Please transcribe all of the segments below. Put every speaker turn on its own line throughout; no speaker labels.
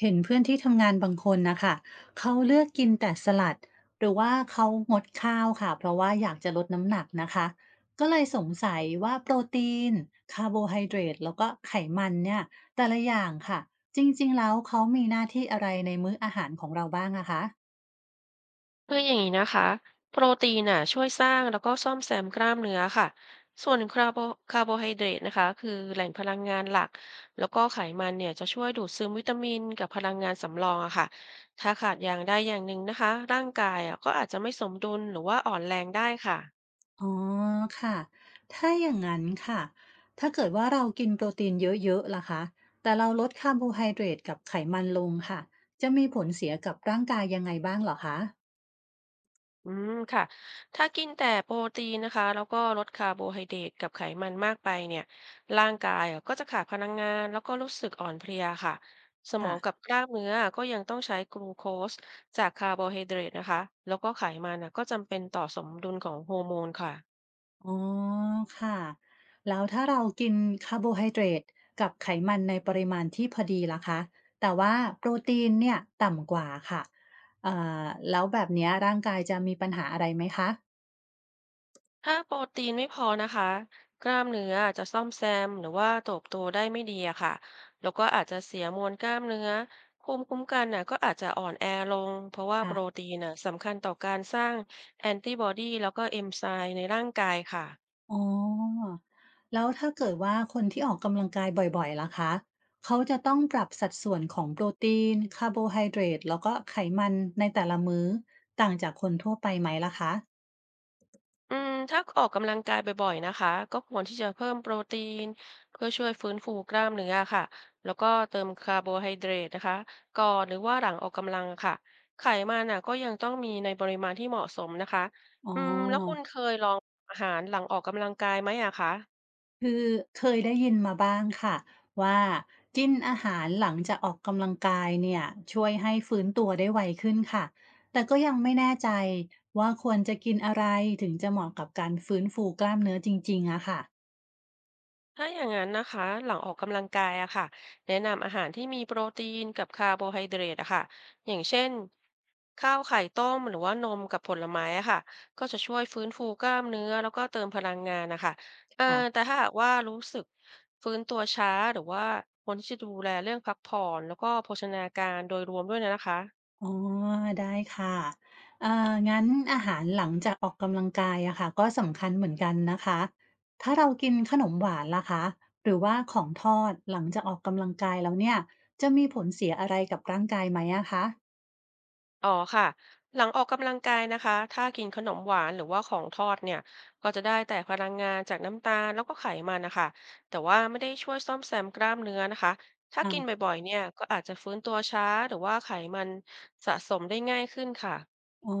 เห็นเพื่อนที่ทำงานบางคนนะคะเขาเลือกกินแต่สลัดหรือว่าเขางดข้าวค่ะเพราะว่าอยากจะลดน้ำหนักนะคะก็เลยสงสัยว่าโปรตีนคาร์โบไฮเดรตแล้วก็ไขมันเนี่ยแต่ละอย่างค่ะจริงๆแล้วเขามีหน้าที่อะไรในมื้ออาหารของเราบ้างอะคะ
คืออย่างนี้นะคะ โปรตีนน่ะช่วยสร้างแล้วก็ซ่อมแซมกล้ามเนื้อค่ะ ส่วนคาร์โบไฮเดรตนะคะคือแหล่งพลังงานหลัก แล้วก็ไขมันเนี่ยจะช่วยดูดซึมวิตามินกับพลังงานสำรองอะค่ะ ถ้าขาดอย่างใดอย่างหนึ่งนะคะร่างกายอะก็อาจจะไม่สมดุลหรือว่าอ่อนแรงได้ค่ะ
อ๋อค่ะถ้าอย่างนั้นค่ะถ้าเกิดว่าเรากินโปรตีนเยอะๆล่ะคะแต่เราลดคาร์โบไฮเดรตกับไขมันลงค่ะจะมีผลเสียกับร่างกายยังไงบ้างเหรอคะ
อืมค่ะถ้ากินแต่โปรตีนนะคะแล้วก็ลดคาร์โบไฮเดรตกับไขมันมากไปเนี่ยร่างกายอะก็จะขาดพลังงานแล้วก็รู้สึกอ่อนเพลียค่ะสมอ
ค่ะ
งกับกล้ามเนื้อก็ยังต้องใช้กลูโคสจากคาร์โบไฮเดรตนะคะแล้วก็ไขมันอะก็จำเป็นต่อสมดุลของฮอร์โมนค่ะ
อ๋อค่ะแล้วถ้าเรากินคาร์โบไฮเดรตกับไขมันในปริมาณที่พอดีล่ะคะแต่ว่าโปรตีนเนี่ยต่ำกว่าค่ะเอ่แล้วแบบเนี้ยร่างกายจะมีปัญหาอะไรไหมคะ
ถ้าโปรตีนไม่พอนะคะกล้ามเนื้ออาจจะซ่อมแซมหรือว่าเติบโตได้ไม่ดีอะค่ะแล้วก็อาจจะเสียมวลกล้ามเนื้อภูมิคุ้มกันน่ะก็อาจจะอ่อนแอลงเพราะว่าโป
ค่ะ
รตีนน่ะสำคัญต่อการสร้างแอนติบอดีแล้วก็เอนไซม์ในร่างกายค่ะ
อ๋อแล้วถ้าเกิดว่าคนที่ออกกำลังกายบ่อยๆล่ะคะเขาจะต้องปรับสัดส่วนของโปรตีนคาร์โบไฮเดรตแล้วก็ไขมันในแต่ละมื้อต่างจากคนทั่วไปไหมล่ะคะ
อืมถ้าออกกำลังกายบ่อยๆนะคะก็ควรที่จะเพิ่มโปรตีนเพื่อช่วยฟื้นฟูกล้ามเนื้อค่ะแล้วก็เติมคาร์โบไฮเดรตนะคะก่อนหรือว่าหลังออกกำลังค่ะไขมันน่ะก็ยังต้องมีในปริมาณที่เหมาะสมนะคะ
อ๋
อืมแล้วคุณ
อ
เคยลองอาหารหลังออกกำลังกายไหมอะคะ
คือเคยได้ยินมาบ้างค่ะว่ากินอาหารหลังจากออกกำลังกายเนี่ยช่วยให้ฟื้นตัวได้ไวขึ้นค่ะแต่ก็ยังไม่แน่ใจว่าควรจะกินอะไรถึงจะเหมาะกับการฟื้นฟูกล้ามเนื้อจริงๆอะค่ะ
ถ้าอย่างนั้นนะคะหลังออกกำลังกายอะค่ะแนะนำอาหารที่มีโปรตีนกับคาร์โบไฮเดรตอะค่ะอย่างเช่นข้าวไข่ต้มหรือว่านมกับผลไม้อะค่ะก็จะช่วยฟื้นฟูกล้ามเนื้อแล้วก็เติมพลังงานนะคะเอ่อ
ค่ะ
แต่ถ้าหากว่ารู้สึกฟื้นตัวช้าหรือว่าควรที่จะดูแลเรื่องพักผ่อนแล้วก็โภชนาการโดยรวมด้วยนะคะ
อ๋อได้ค่ะเอ่องั้นอาหารหลังจากออกกำลังกายอะค่ะก็สำคัญเหมือนกันนะคะถ้าเรากินขนมหวานล่ะคะหรือว่าของทอดหลังจากออกกำลังกายแล้วเนี่ยจะมีผลเสียอะไรกับร่างกายไหมอะคะ
อ๋อค่ะหลังออกกำลังกายนะคะถ้ากินขนมหวานหรือว่าของทอดเนี่ยก็จะได้แต่พลังงานจากน้ำตาลแล้วก็ไขมันนะคะแต่ว่าไม่ได้ช่วยซ่อมแซมกล้ามเนื้อนะคะถ้า
ค่ะ
กินบ่อยๆเนี่ยก็อาจจะฟื้นตัวช้าหรือว่าไขมันสะสมได้ง่ายขึ้นค่ะ
อ๋อ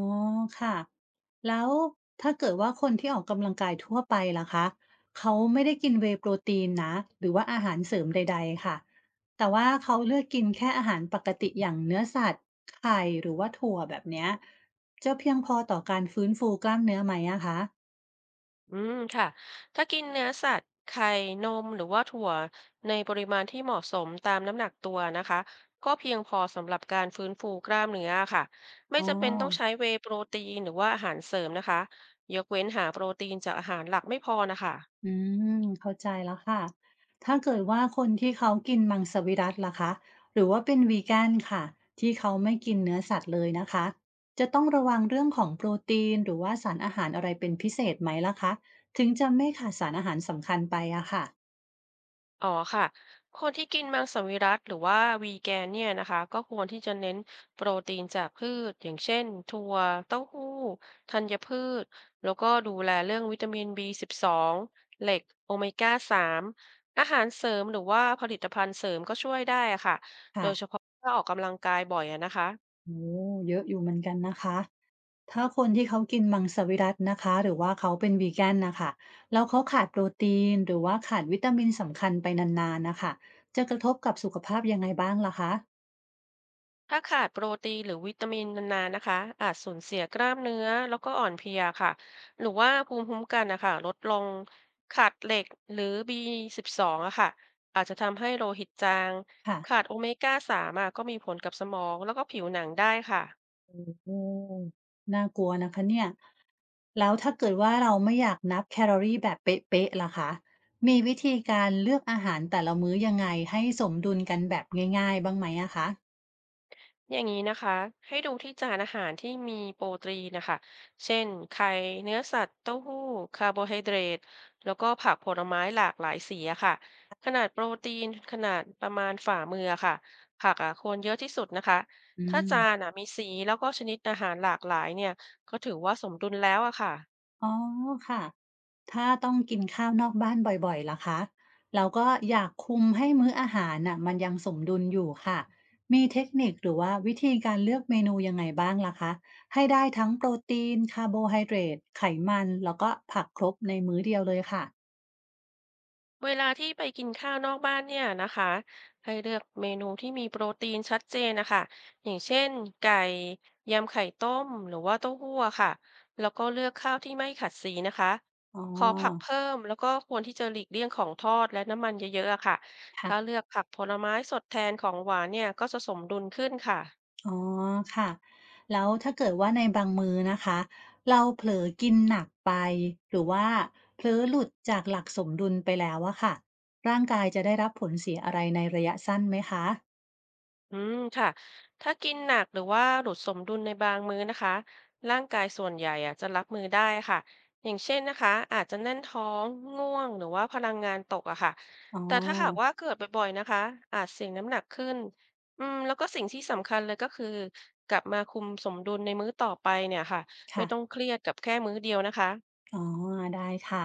ค่ะแล้วถ้าเกิดว่าคนที่ออกกำลังกายทั่วไปล่ะคะเขาไม่ได้กินเว e ์โปรตีนนะหรือว่าอาหารเสริมใดๆค่ะแต่ว่าเขาเลือกกินแค่อาหารปกติอย่างเนื้อสัตว์ไข่หรือว่าถั่วแบบเนี้ยจะเพียงพอต่อการฟื้นฟูกล้ามเนื้อไหมอะคะ
อืมค่ะถ้ากินเนื้อสัตว์ไข่นมหรือว่าถั่วในปริมาณที่เหมาะสมตามน้ำหนักตัวนะคะก็เพียงพอสำหรับการฟื้นฟูกล้ามเนื้อค่ะไม่
อ๋อ
จำเป็นต้องใช้เวย์โปรตีนหรือว่าอาหารเสริมนะคะยกเว้นหาโปรตีนจากอาหารหลักไม่พอนะคะ
อืมเข้าใจแล้วค่ะถ้าเกิดว่าคนที่เขากินมังสวิรัติล่ะคะหรือว่าเป็นวีแกนค่ะที่เขาไม่กินเนื้อสัตว์เลยนะคะจะต้องระวังเรื่องของโปรตีนหรือว่าสารอาหารอะไรเป็นพิเศษไหมล่ะคะถึงจะไม่ขาดสารอาหารสำคัญไปอะค่ะ
อ๋อค่ะคนที่กินมังสวิรัติหรือว่าวีแกนเนี่ยนะคะก็ควรที่จะเน้นโปรตีนจากพืชอย่างเช่นถั่วเต้าหู้ธัญพืชแล้วก็ดูแลเรื่องวิตามิน B12 เหล็กโอเมก้า3อาหารเสริมหรือว่าผลิตภัณฑ์เสริมก็ช่วยได้อะค่ะโด
ค่ะ
ยเฉพาะถ้าออกกำลังกายบ่อยอะนะคะ
โอ้เยอะอยู่เหมือนกันนะคะถ้าคนที่เขากินมังสวิรัตินะคะหรือว่าเขาเป็นวีแกนนะคะแล้วเขาขาดโปรตีนหรือว่าขาดวิตามินสำคัญไปนานๆนะคะจะกระทบกับสุขภาพยังไงบ้างล่ะคะ
ถ้าขาดโปรตีนหรือวิตามินนานๆนะคะอาจสูญเสียกล้ามเนื้อแล้วก็อ่อนเพลียค่ะหรือว่าภูมิคุ้มกันนะคะลดลงขาดเหล็กหรือ B12 องอะค่ะอาจจะทำให้โลหิตจาง
ค่ะ
ขาดโอเมก้า3อะก็มีผลกับสมองแล้วก็ผิวหนังได้ค่ะ
โอ้โหน่ากลัวนะคะเนี่ย แล้วถ้าเกิดว่าเราไม่อยากนับแคลอรี่แบบเป๊ะๆล่ะคะ มีวิธีการเลือกอาหารแต่ละมื้อยังไงให้สมดุลกันแบบง่ายๆบ้างไหมอะคะ
อย่างนี้นะคะให้ดูที่จานอาหารที่มีโปรตีนนะคะเช่นไข่เนื้อสัตว์เต้าหู้คาร์โบไฮเดรตแล้วก็ผักผลไม้หลากหลายสีอะค่ะขนาดโปรตีนขนาดประมาณฝ่ามืออะค่ะผักอะควรเยอะที่สุดนะคะ
อื
ถ้าจาน
ม
อะมีสีแล้วก็ชนิดอาหารหลากหลายเนี่ยก็ถือว่าสมดุลแล้วอะค่ะ
อ๋อค่ะ ถ้าต้องกินข้าวนอกบ้านบ่อยๆล่ะคะเราก็อยากคุมให้มื้ออาหารน่ะมันยังสมดุลอยู่ค่ะ มีเทคนิคหรือว่าวิธีการเลือกเมนูยังไงบ้างล่ะคะให้ได้ทั้งโปรตีนคาร์โบไฮเดรตไขมันแล้วก็ผักครบในมื้อเดียวเลยค่ะ
เวลาที่ไปกินข้าวนอกบ้านเนี่ยนะคะให้เลือกเมนูที่มีโปรตีนชัดเจนนะคะอย่างเช่นไก่ยำไข่ต้มหรือว่าเต้าหู้อะค่ะแล้วก็เลือกข้าวที่ไม่ขัดสีนะคะ
อ๋
ขอผัก
อ
เพิ่มแล้วก็ควรที่จะหลีกเลี่ยงของทอดและน้ำมันเยอะๆอะค่ะ
ค่ะ
ถ้าเลือกผักผลไม้สดแทนของหวานเนี่ยก็จะสมดุลขึ้นค่ะ
อ๋อค่ะแล้วถ้าเกิดว่าในบางมื้อนะคะเราเผลอกินหนักไปหรือว่าเผลอหลุดจากหลักสมดุลไปแล้วอะค่ะร่างกายจะได้รับผลเสียอะไรในระยะสั้นไหมคะ
อืมค่ะถ้ากินหนักหรือว่าหลุดสมดุลในบางมื้อนะคะร่างกายส่วนใหญ่อะจะรับมือได้ค่ะอย่างเช่นนะคะอาจจะแน่นท้องง่วงหรือว่าพลังงานตกอะค่ะ
อ๋
แต่ถ้าหาก
อ
ว่าเกิดบ่อยๆนะคะอาจเสี่ยงน้ำหนักขึ้นอืมแล้วก็สิ่งที่สำคัญเลยก็คือกลับมาคุมสมดุลในมื้อต่อไปเนี่ยค่ะไม่
ค่ะ
ต้องเครียดกับแค่มื้อเดียวนะคะ
อ๋อได้ค่ะ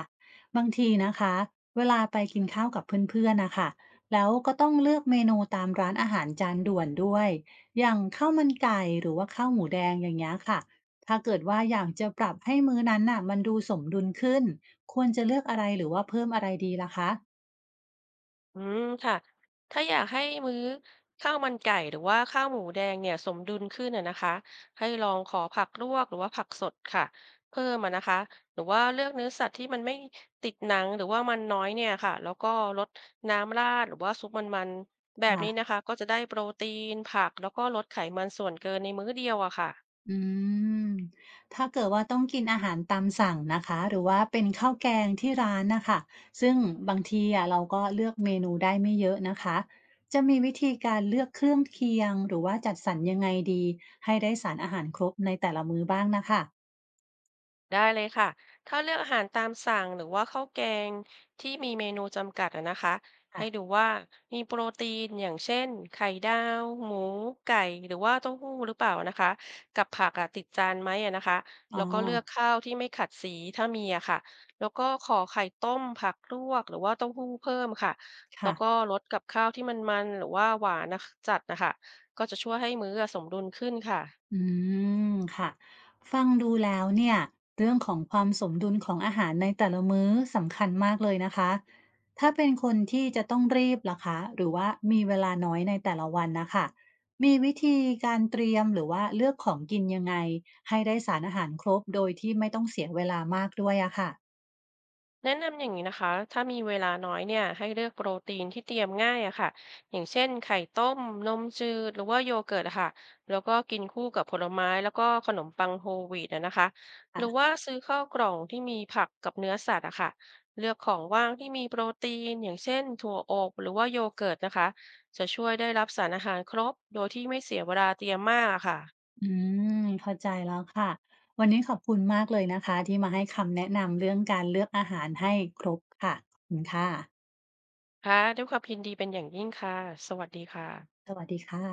บางทีนะคะเวลาไปกินข้าวกับเพื่อนๆนะคะแล้วก็ต้องเลือกเมนูตามร้านอาหารจานด่วนด้วยอย่างข้าวมันไก่หรือว่าข้าวหมูแดงอย่างเงี้ยค่ะถ้าเกิดว่าอยากจะปรับให้มื้อนั้นน่ะมันดูสมดุลขึ้นควรจะเลือกอะไรหรือว่าเพิ่มอะไรดีล่ะคะ
อืมค่ะถ้าอยากให้มื้อข้าวมันไก่หรือว่าข้าวหมูแดงเนี่ยสมดุลขึ้นอะนะคะให้ลองขอผักลวกหรือว่าผักสดค่ะเพิ่มอะนะคะหรือว่าเลือกเนื้อสัตว์ที่มันไม่ติดหนังหรือว่ามันน้อยเนี่ยค่ะแล้วก็ลดน้ำราดหรือว่าซุปมันๆแบบ
ค่ะ
นี้นะคะก็จะได้โปรตีนผักแล้วก็ลดไขมันส่วนเกินในมื้อเดียวอะค่ะ
อืม ถ้าเกิดว่าต้องกินอาหารตามสั่งนะคะ หรือว่าเป็นข้าวแกงที่ร้านนะคะ ซึ่งบางทีอะเราก็เลือกเมนูได้ไม่เยอะนะคะ จะมีวิธีการเลือกเครื่องเคียงหรือว่าจัดสรรยังไงดีให้ได้สารอาหารครบในแต่ละมื้อบ้างนะคะ
ได้เลยค่ะถ้าเลือกอาหารตามสั่งหรือว่าข้าวแกงที่มีเมนูจำกัดอะนะคะให้ดู
ค่ะ
ว่ามีโปรตีนอย่างเช่นไข่ดาวหมูไก่หรือว่าเต้าหู้หรือเปล่านะคะกับผักอะติดจานไหมอะนะคะ
อ๋อ
แล้วก็เลือกข้าวที่ไม่ขัดสีถ้ามีอะค่ะแล้วก็ขอไข่ต้มผักลวกหรือว่าเต้าหู้เพิ่มค่ะแล้ว
ค่ะ
ก็ลดกับข้าวที่มันๆหรือว่าหวานนะจัดนะคะก็จะช่วยให้มื้ออะสมดุลขึ้นค่ะ
อืมค่ะฟังดูแล้วเนี่ยเรื่องของความสมดุลของอาหารในแต่ละมื้อสำคัญมากเลยนะคะถ้าเป็นคนที่จะต้องรีบล่ะคะหรือว่ามีเวลาน้อยในแต่ละวันนะคะมีวิธีการเตรียมหรือว่าเลือกของกินยังไงให้ได้สารอาหารครบโดยที่ไม่ต้องเสียเวลามากด้วยอะค่ะ
แนะนำอย่างนี้นะคะถ้ามีเวลาน้อยเนี่ยให้เลือกโปรตีนที่เตรียมง่ายอะค่ะอย่างเช่นไข่ต้มนมจืดหรือว่าโยเกิร์ตอะค่ะแล้วก็กินคู่กับผลไม้แล้วก็ขนมปังโฮลวีตอะนะคะหรือว่า
ค่ะ
ซื้อข้าวกล่องที่มีผักกับเนื้อสัตว์อะค่ะเลือกของว่างที่มีโปรตีนอย่างเช่นถั่วอบหรือว่าโยเกิร์ตนะคะจะช่วยได้รับสารอาหารครบโดยที่ไม่เสียเวลาเตรียมมากอะค่ะ
อืมเข้าใจแล้วค่ะวันนี้ขอบคุณมากเลยนะคะที่มาให้คำแนะนำเรื่องการเลือกอาหารให้ครบค่ะขอบคุณค่ะ
ค่ะด้วยความยินดีเป็นอย่างยิ่งค่ะสวัสดีค่ะ
สวัสดีค่ะ